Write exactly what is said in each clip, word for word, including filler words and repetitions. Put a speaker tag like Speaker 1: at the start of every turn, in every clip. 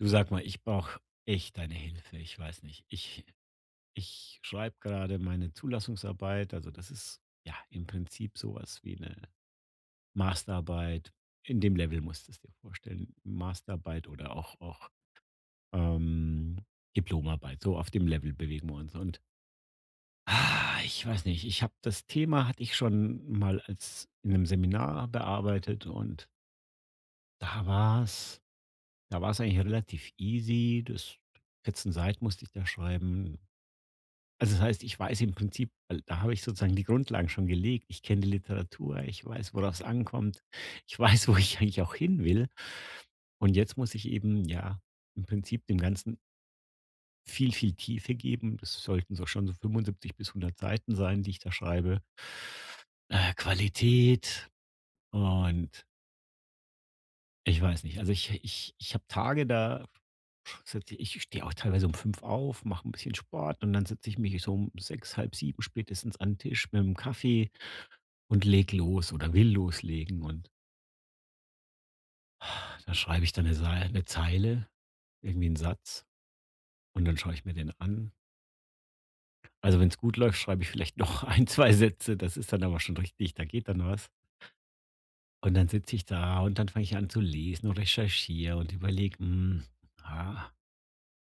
Speaker 1: Du sag mal, ich brauche echt deine Hilfe. Ich weiß nicht. Ich, ich schreibe gerade meine Zulassungsarbeit. Also das ist ja im Prinzip sowas wie eine Masterarbeit. In dem Level musst du es dir vorstellen. Masterarbeit oder auch, auch ähm, Diplomarbeit. So auf dem Level bewegen wir uns. Und ah, ich weiß nicht, ich habe das Thema, hatte ich schon mal als in einem Seminar bearbeitet und da war es, da war es eigentlich relativ easy. Das vierzehn Seiten musste ich da schreiben. Also, das heißt, ich weiß im Prinzip, weil da habe ich sozusagen die Grundlagen schon gelegt. Ich kenne die Literatur, ich weiß, worauf es ankommt. Ich weiß, wo ich eigentlich auch hin will. Und jetzt muss ich eben, ja, im Prinzip dem Ganzen viel, viel Tiefe geben. Das sollten so schon so fünfundsiebzig bis hundert Seiten sein, die ich da schreibe. Äh, Qualität und ich weiß nicht. Also, ich ich ich habe Tage, da sitze ich ich stehe auch teilweise um fünf auf, mache ein bisschen Sport und dann sitze ich mich so um sechs, halb sieben spätestens an 'n Tisch mit 'm Kaffee und leg los oder will loslegen. Und da schreibe ich dann eine Sei 'ne Zeile, irgendwie einen Satz und dann schaue ich mir den an. Also, wenn es gut läuft, schreibe ich vielleicht noch ein, zwei Sätze. Das ist dann aber schon richtig, da geht dann was. Und dann sitze ich da und dann fange ich an zu lesen und recherchiere und überlege, hm, ah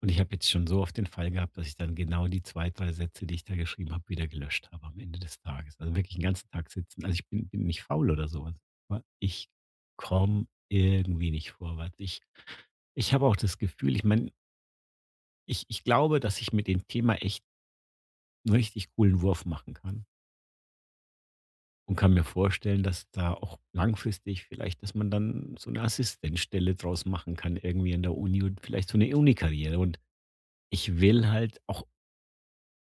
Speaker 1: Und ich habe jetzt schon so oft den Fall gehabt, dass ich dann genau die zwei drei Sätze, die ich da geschrieben habe, wieder gelöscht habe am Ende des Tages. Also wirklich 'n ganzen Tag sitzen. Also, ich bin bin nicht faul oder so was, aber ich komme irgendwie nicht vorwärts. Ich ich habe auch das Gefühl, ich meine, ich ich glaube, dass ich mit dem Thema echt einen richtig coolen Wurf machen kann und kann mir vorstellen, dass da auch langfristig vielleicht, dass man dann so eine Assistenzstelle draus machen kann irgendwie an der Uni und vielleicht so eine Uni-Karriere. Und ich will halt auch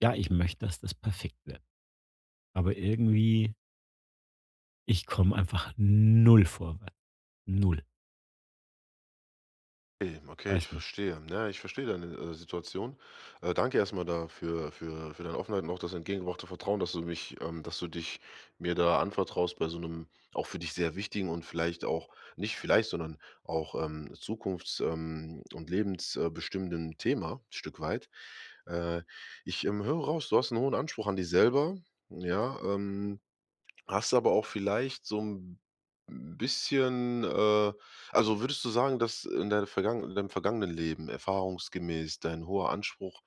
Speaker 1: Ja, ich möchte, dass das perfekt wird. Aber irgendwie, ich komme einfach null vorwärts. Null.
Speaker 2: Okay, okay, ich
Speaker 1: Weiß nicht.
Speaker 2: verstehe. Ja, ich verstehe deine, äh, Situation. Äh, danke erstmal dafür für für deine Offenheit und auch das entgegengebrachte Vertrauen, dass du mich ähm, dass du dich mir da anvertraust bei so einem auch für dich sehr wichtigen und vielleicht auch nicht vielleicht, sondern auch, ähm, zukunfts ähm, und lebensbestimmenden Thema ein Stück weit. Äh, Ich, ähm, höre raus, du hast einen hohen Anspruch an dich selber, ja, ähm hast aber auch vielleicht so ein bisschen, äh also, würdest du sagen, dass in deiner vergangen in deinem vergangenen Leben erfahrungsgemäß dein hoher Anspruch,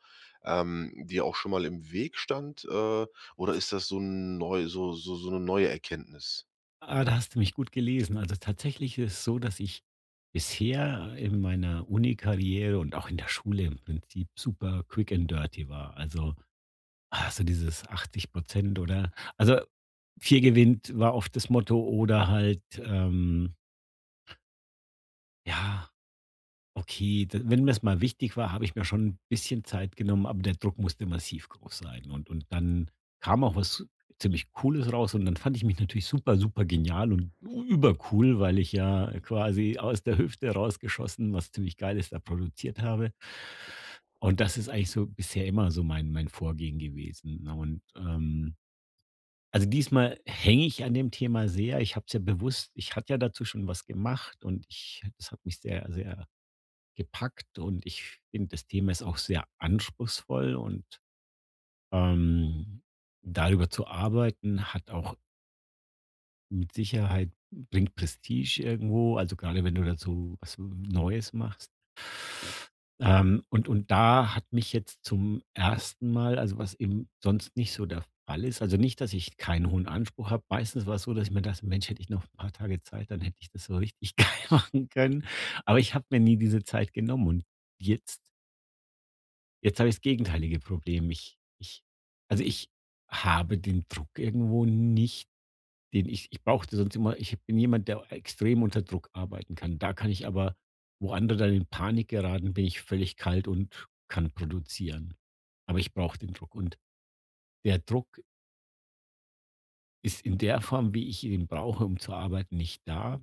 Speaker 2: ähm, dir auch schon mal im Weg stand, äh, oder ist das so 'n neu so so so 'ne neue Erkenntnis?
Speaker 1: Ah, da hast du mich gut gelesen. Also tatsächlich ist es so, dass ich bisher in meiner Uni-Karriere und auch in der Schule im Prinzip super quick and dirty war. Also, ah, so dieses achtzig oder also vier gewinnt war oft das Motto oder halt, ähm, ja. Okay, da, wenn mir es mal wichtig war, habe ich mir schon ein bisschen Zeit genommen, aber der Druck musste massiv groß sein. Und und dann kam auch was ziemlich Cooles raus und dann fand ich mich natürlich super, super genial und übercool, weil ich ja quasi aus der Hüfte rausgeschossen was ziemlich Geiles da produziert habe. Und das ist eigentlich so bisher immer so mein mein Vorgehen gewesen, ne? Und, ähm also, diesmal hänge ich an dem Thema sehr. Ich habe es ja bewusst Ich hatte ja dazu schon was gemacht und ich das hat mich sehr, sehr gepackt, und ich finde, das Thema ist auch sehr anspruchsvoll und ähm, darüber zu arbeiten hat auch mit Sicherheit, bringt Prestige irgendwo, also gerade wenn du dazu was Neues machst. Ähm, und, und da hat mich jetzt zum ersten Mal, also was eben sonst nicht so der Fall ist, also nicht, dass ich keinen hohen Anspruch habe. Meistens war es so, dass ich mir dachte, Mensch, hätte ich noch ein paar Tage Zeit, dann hätte ich das so richtig geil machen können. Aber ich habe mir nie diese Zeit genommen. Und jetzt Jetzt habe ich das gegenteilige Problem. Ich ich Also, ich habe den Druck irgendwo nicht, den ich ich brauchte sonst immer. Ich bin jemand, der extrem unter Druck arbeiten kann. Da kann ich aber Wo andere dann in Panik geraten, bin ich völlig kalt und kann produzieren. Aber ich brauche den Druck, und der Druck ist in der Form, wie ich ihn brauche, um zu arbeiten, nicht da.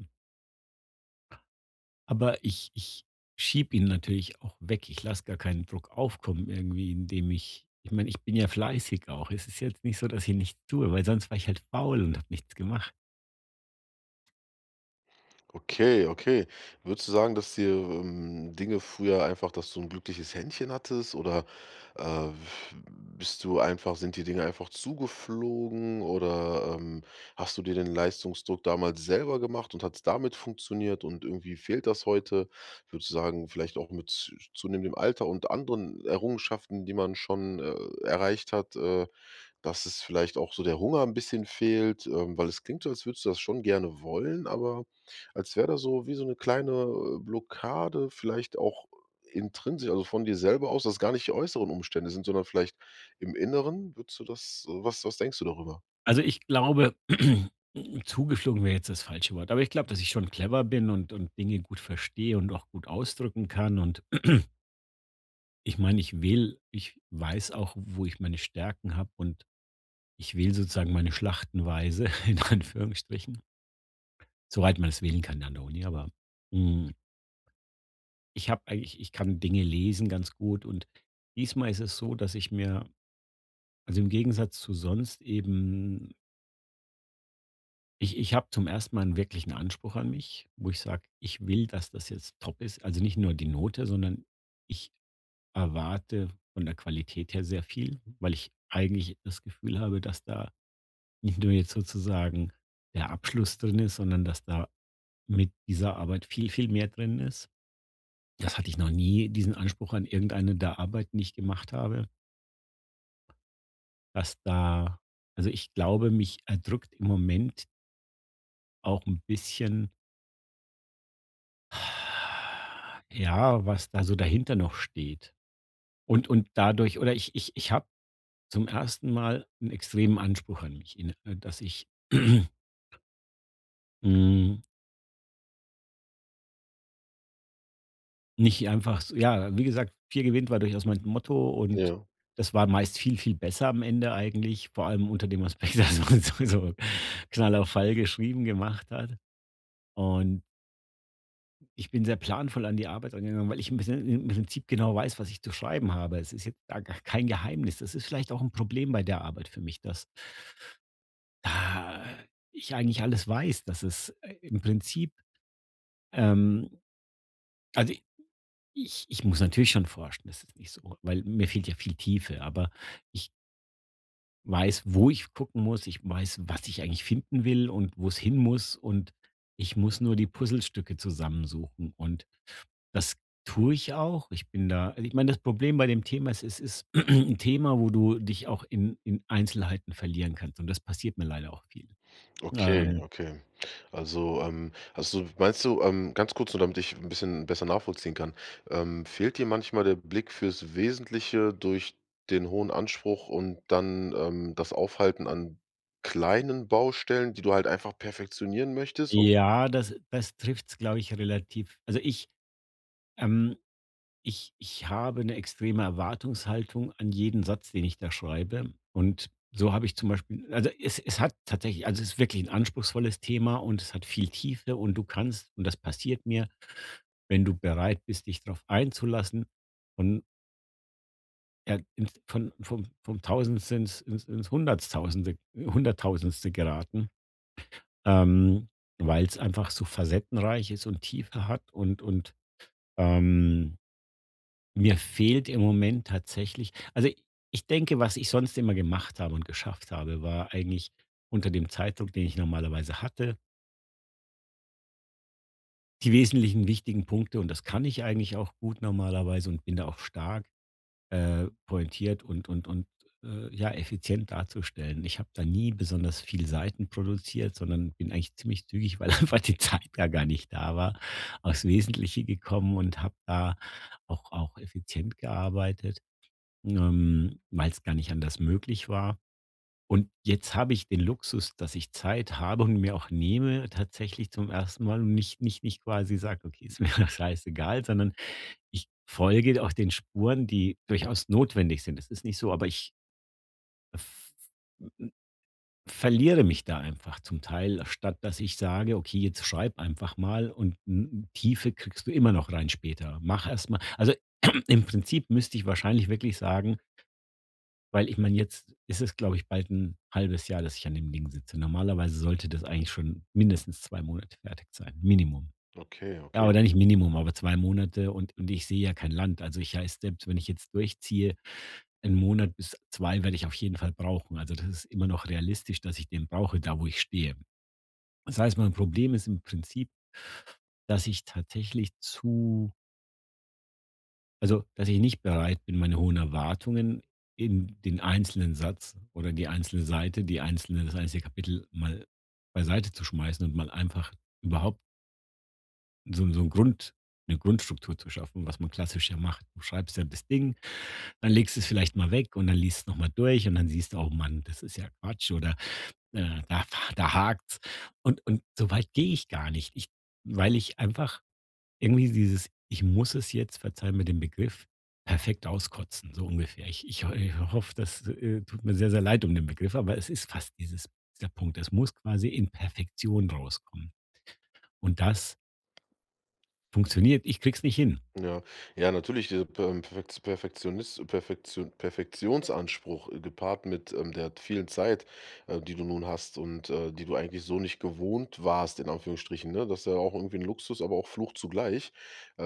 Speaker 1: Aber ich ich schiebe ihn natürlich auch weg. Ich lasse gar keinen Druck aufkommen irgendwie, indem ich ich meine, ich bin ja fleißig auch. Es ist jetzt nicht so, dass ich nichts tue, weil sonst war ich halt faul und habe nichts gemacht.
Speaker 2: Okay, okay. Würdest du sagen, dass dir, ähm, Dinge früher einfach dass du ein glückliches Händchen hattest oder, äh, bist du einfach sind die Dinge einfach zugeflogen oder, ähm, hast du dir den Leistungsdruck damals selber gemacht und hat's damit funktioniert und irgendwie fehlt das heute? Würdest du sagen, vielleicht auch mit zunehmendem Alter und anderen Errungenschaften, die man schon, äh, erreicht hat, äh, dass es vielleicht auch so der Hunger ein bisschen fehlt, ähm, weil es klingt so, als würdest du das schon gerne wollen, aber als wäre da so wie so eine kleine, äh, Blockade vielleicht auch intrinsisch, also von dir selber aus, dass gar nicht die äußeren Umstände sind, sondern vielleicht im Inneren. Würdest du das äh, was was denkst du darüber?
Speaker 1: Also, ich glaube, zugeflogen wäre jetzt das falsche Wort, aber ich glaube, dass ich schon clever bin und und Dinge gut verstehe und auch gut ausdrücken kann und ich meine, ich wähle ich weiß auch, wo ich meine Stärken habe, und ich wähle sozusagen meine Schlachtenweise in Anführungsstrichen, soweit man es wählen kann an der Uni, aber, hm Ich habe eigentlich Ich kann Dinge lesen ganz gut. Und diesmal ist es so, dass ich mir also, im Gegensatz zu sonst eben, ich ich habe zum ersten. Mal einen wirklichen Anspruch an mich, wo ich sage: „Ich will, dass das jetzt top ist." Also, nicht nur die Note, sondern ich erwarte von der Qualität her sehr viel, weil ich eigentlich das Gefühl habe, dass da nicht nur jetzt sozusagen der Abschluss drin ist, sondern dass da mit dieser Arbeit viel, viel mehr drin ist. Das hatte ich noch nie, diesen Anspruch an irgendeine der Arbeiten, die ich gemacht habe. Dass da Also, ich glaube, mich erdrückt im Moment auch ein bisschen, ja, was da so dahinter noch steht. Und und dadurch, oder ich ich ich habe zum ersten Mal einen extremen Anspruch an mich, in äh, dass ich, hm, nicht einfach so, ja, wie gesagt, vier gewinnt war durchaus mein Motto, und
Speaker 2: Ja.
Speaker 1: das war meist viel, viel besser am Ende eigentlich, vor allem unter dem Aspekt, dass man so so Knall auf Fall geschrieben gemacht hat und ich bin sehr planvoll an die Arbeit rangegangen, weil ich im Prin im Prinzip genau weiß, was ich zu schreiben habe. Es ist jetzt da gar kein Geheimnis. Das ist vielleicht auch ein Problem bei der Arbeit für mich, dass da ich eigentlich alles weiß, dass es, äh, im Prinzip, ähm also, ich ich muss natürlich schon forschen, das ist nicht so, weil mir fehlt ja viel Tiefe, aber ich weiß, wo ich gucken muss, ich weiß, was ich eigentlich finden will und wo es hin muss, und ich muss nur die Puzzlestücke zusammensuchen. Und das tue ich auch. Ich bin da Also, ich meine, das Problem bei dem Thema ist, es ist ein Thema, wo du dich auch in in Einzelheiten verlieren kannst, und das passiert mir leider auch viel.
Speaker 2: Okay,
Speaker 1: Ähm,
Speaker 2: okay. Also, ähm, also meinst du, ähm, ganz kurz nur, damit ich ein bisschen besser nachvollziehen kann, ähm, fehlt dir manchmal der Blick fürs Wesentliche durch den hohen Anspruch und dann, ähm, das Aufhalten an kleinen Baustellen, die du halt einfach perfektionieren möchtest und
Speaker 1: ja, das das trifft es, glaube ich, relativ. Also, ich, ähm ich ich habe eine extreme Erwartungshaltung an jeden Satz, den ich da schreibe, und so habe ich zum Beispiel also, es es hat tatsächlich, also, es ist wirklich ein anspruchsvolles Thema, und es hat viel Tiefe, und du kannst und das passiert mir, wenn du bereit bist, dich darauf einzulassen, und ja, ins von vom vom Tausendste ins ins ins Hunderttausende Hunderttausendste geraten, ähm, weil es einfach so facettenreich ist und Tiefe hat, und und, ähm, mir fehlt im Moment tatsächlich, also, ich ich denke, was ich sonst immer gemacht habe und geschafft habe, war eigentlich unter dem Zeitdruck, den ich normalerweise hatte, die wesentlichen wichtigen Punkte, und das kann ich eigentlich auch gut normalerweise und bin da auch stark äh, pointiert und und und, äh, ja, effizient darzustellen. Ich habe da nie besonders viel Seiten produziert, sondern bin eigentlich ziemlich zügig, weil einfach die Zeit da gar nicht da war, aufs Wesentliche gekommen und habe da auch auch effizient gearbeitet, ähm, weil es gar nicht anders möglich war. Und jetzt habe ich den Luxus, dass ich Zeit habe und mir auch nehme, tatsächlich zum ersten Mal, und nicht nicht nicht quasi sage: „Okay, ist mir doch scheißegal", sondern ich folge auch den Spuren, die durchaus notwendig sind. Das ist nicht so, aber ich v verliere mich da einfach zum Teil, statt dass ich sage: „Okay, jetzt schreib einfach mal, und n Tiefe kriegst du immer noch rein später. Mach erst mal." Also, im Prinzip müsste ich wahrscheinlich wirklich sagen, weil ich meine, jetzt ist es, glaube ich, bald ein halbes Jahr, dass ich an dem Ding sitze. Normalerweise sollte das eigentlich schon mindestens zwei Monate fertig sein, Minimum.
Speaker 2: okay,
Speaker 1: Ja,
Speaker 2: okay.
Speaker 1: oder nicht Minimum, aber zwei Monate, und und ich sehe ja kein Land. Also, ich heißt, selbst wenn ich jetzt durchziehe, einen Monat bis zwei werde ich auf jeden Fall brauchen. Also, das ist immer noch realistisch, dass ich den brauche, da wo ich stehe. Das heißt, mein Problem ist im Prinzip, dass ich tatsächlich zu also, dass ich nicht bereit bin, meine hohen Erwartungen in den einzelnen Satz oder die einzelne Seite, die einzelne das einzelne Kapitel mal beiseite zu schmeißen und mal einfach überhaupt so 'n so 'n Grund eine Grundstruktur zu schaffen, was man klassisch ja macht. Du schreibst ja das Ding, dann legst du es vielleicht mal weg, und dann liest es noch mal durch, und dann siehst du: „Oh Mann, das ist ja Quatsch" oder. Äh, da da hakt's. Und und so weit gehe ich gar nicht. Ich Weil ich einfach irgendwie dieses, ich muss es jetzt, verzeih mir den Begriff, perfekt auskotzen, so ungefähr. Ich ich ho ich hoffe, das, äh, tut mir sehr, sehr leid um den Begriff, aber es ist fast dieses dieser Punkt. Es muss quasi in Perfektion rauskommen. Und das funktioniert. Ich krieg's nicht hin.
Speaker 2: Ja, ja, natürlich, dieser per ähm, Perfekt Perfektionist Perfektio Perfektionsanspruch, äh, gepaart mit, ähm, der vielen Zeit, äh, die du nun hast und, äh, die du eigentlich so nicht gewohnt warst, in Anführungsstrichen, ne? Das ist ja auch irgendwie ein Luxus, aber auch Fluch zugleich.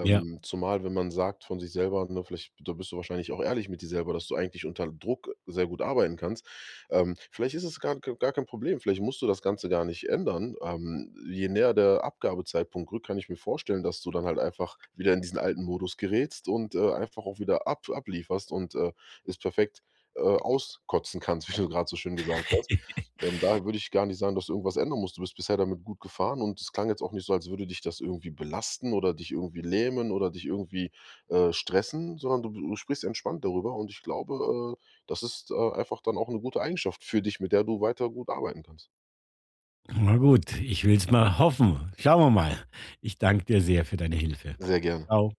Speaker 1: Ja,
Speaker 2: zumal, wenn man sagt von sich selber, ne, vielleicht da bist du wahrscheinlich auch ehrlich mit dir selber, dass du eigentlich unter Druck sehr gut arbeiten kannst. Ähm, vielleicht ist es gar gar kein Problem, vielleicht musst du das Ganze gar nicht ändern. Ähm, je näher der Abgabezeitpunkt rückt, kann ich mir vorstellen, dass du dann halt einfach wieder in diesen alten Modus gerätst und, äh, einfach auch wieder ab ablieferst und, äh, es perfekt, äh, auskotzen kannst, wie du gerade so schön gesagt hast. Ähm, daher würde ich gar nicht sagen, dass du irgendwas ändern musst. Du bist bisher damit gut gefahren und es klang jetzt auch nicht so, als würde dich das irgendwie belasten oder dich irgendwie lähmen oder dich irgendwie, äh, stressen, sondern du du sprichst entspannt darüber und ich glaube, äh, das ist, äh, einfach dann auch eine gute Eigenschaft für dich, mit der du weiter gut arbeiten kannst.
Speaker 1: na gut, ich will's mal hoffen. Schauen wir mal. Ich danke dir sehr für deine Hilfe.
Speaker 2: Sehr gerne.
Speaker 1: Tschau.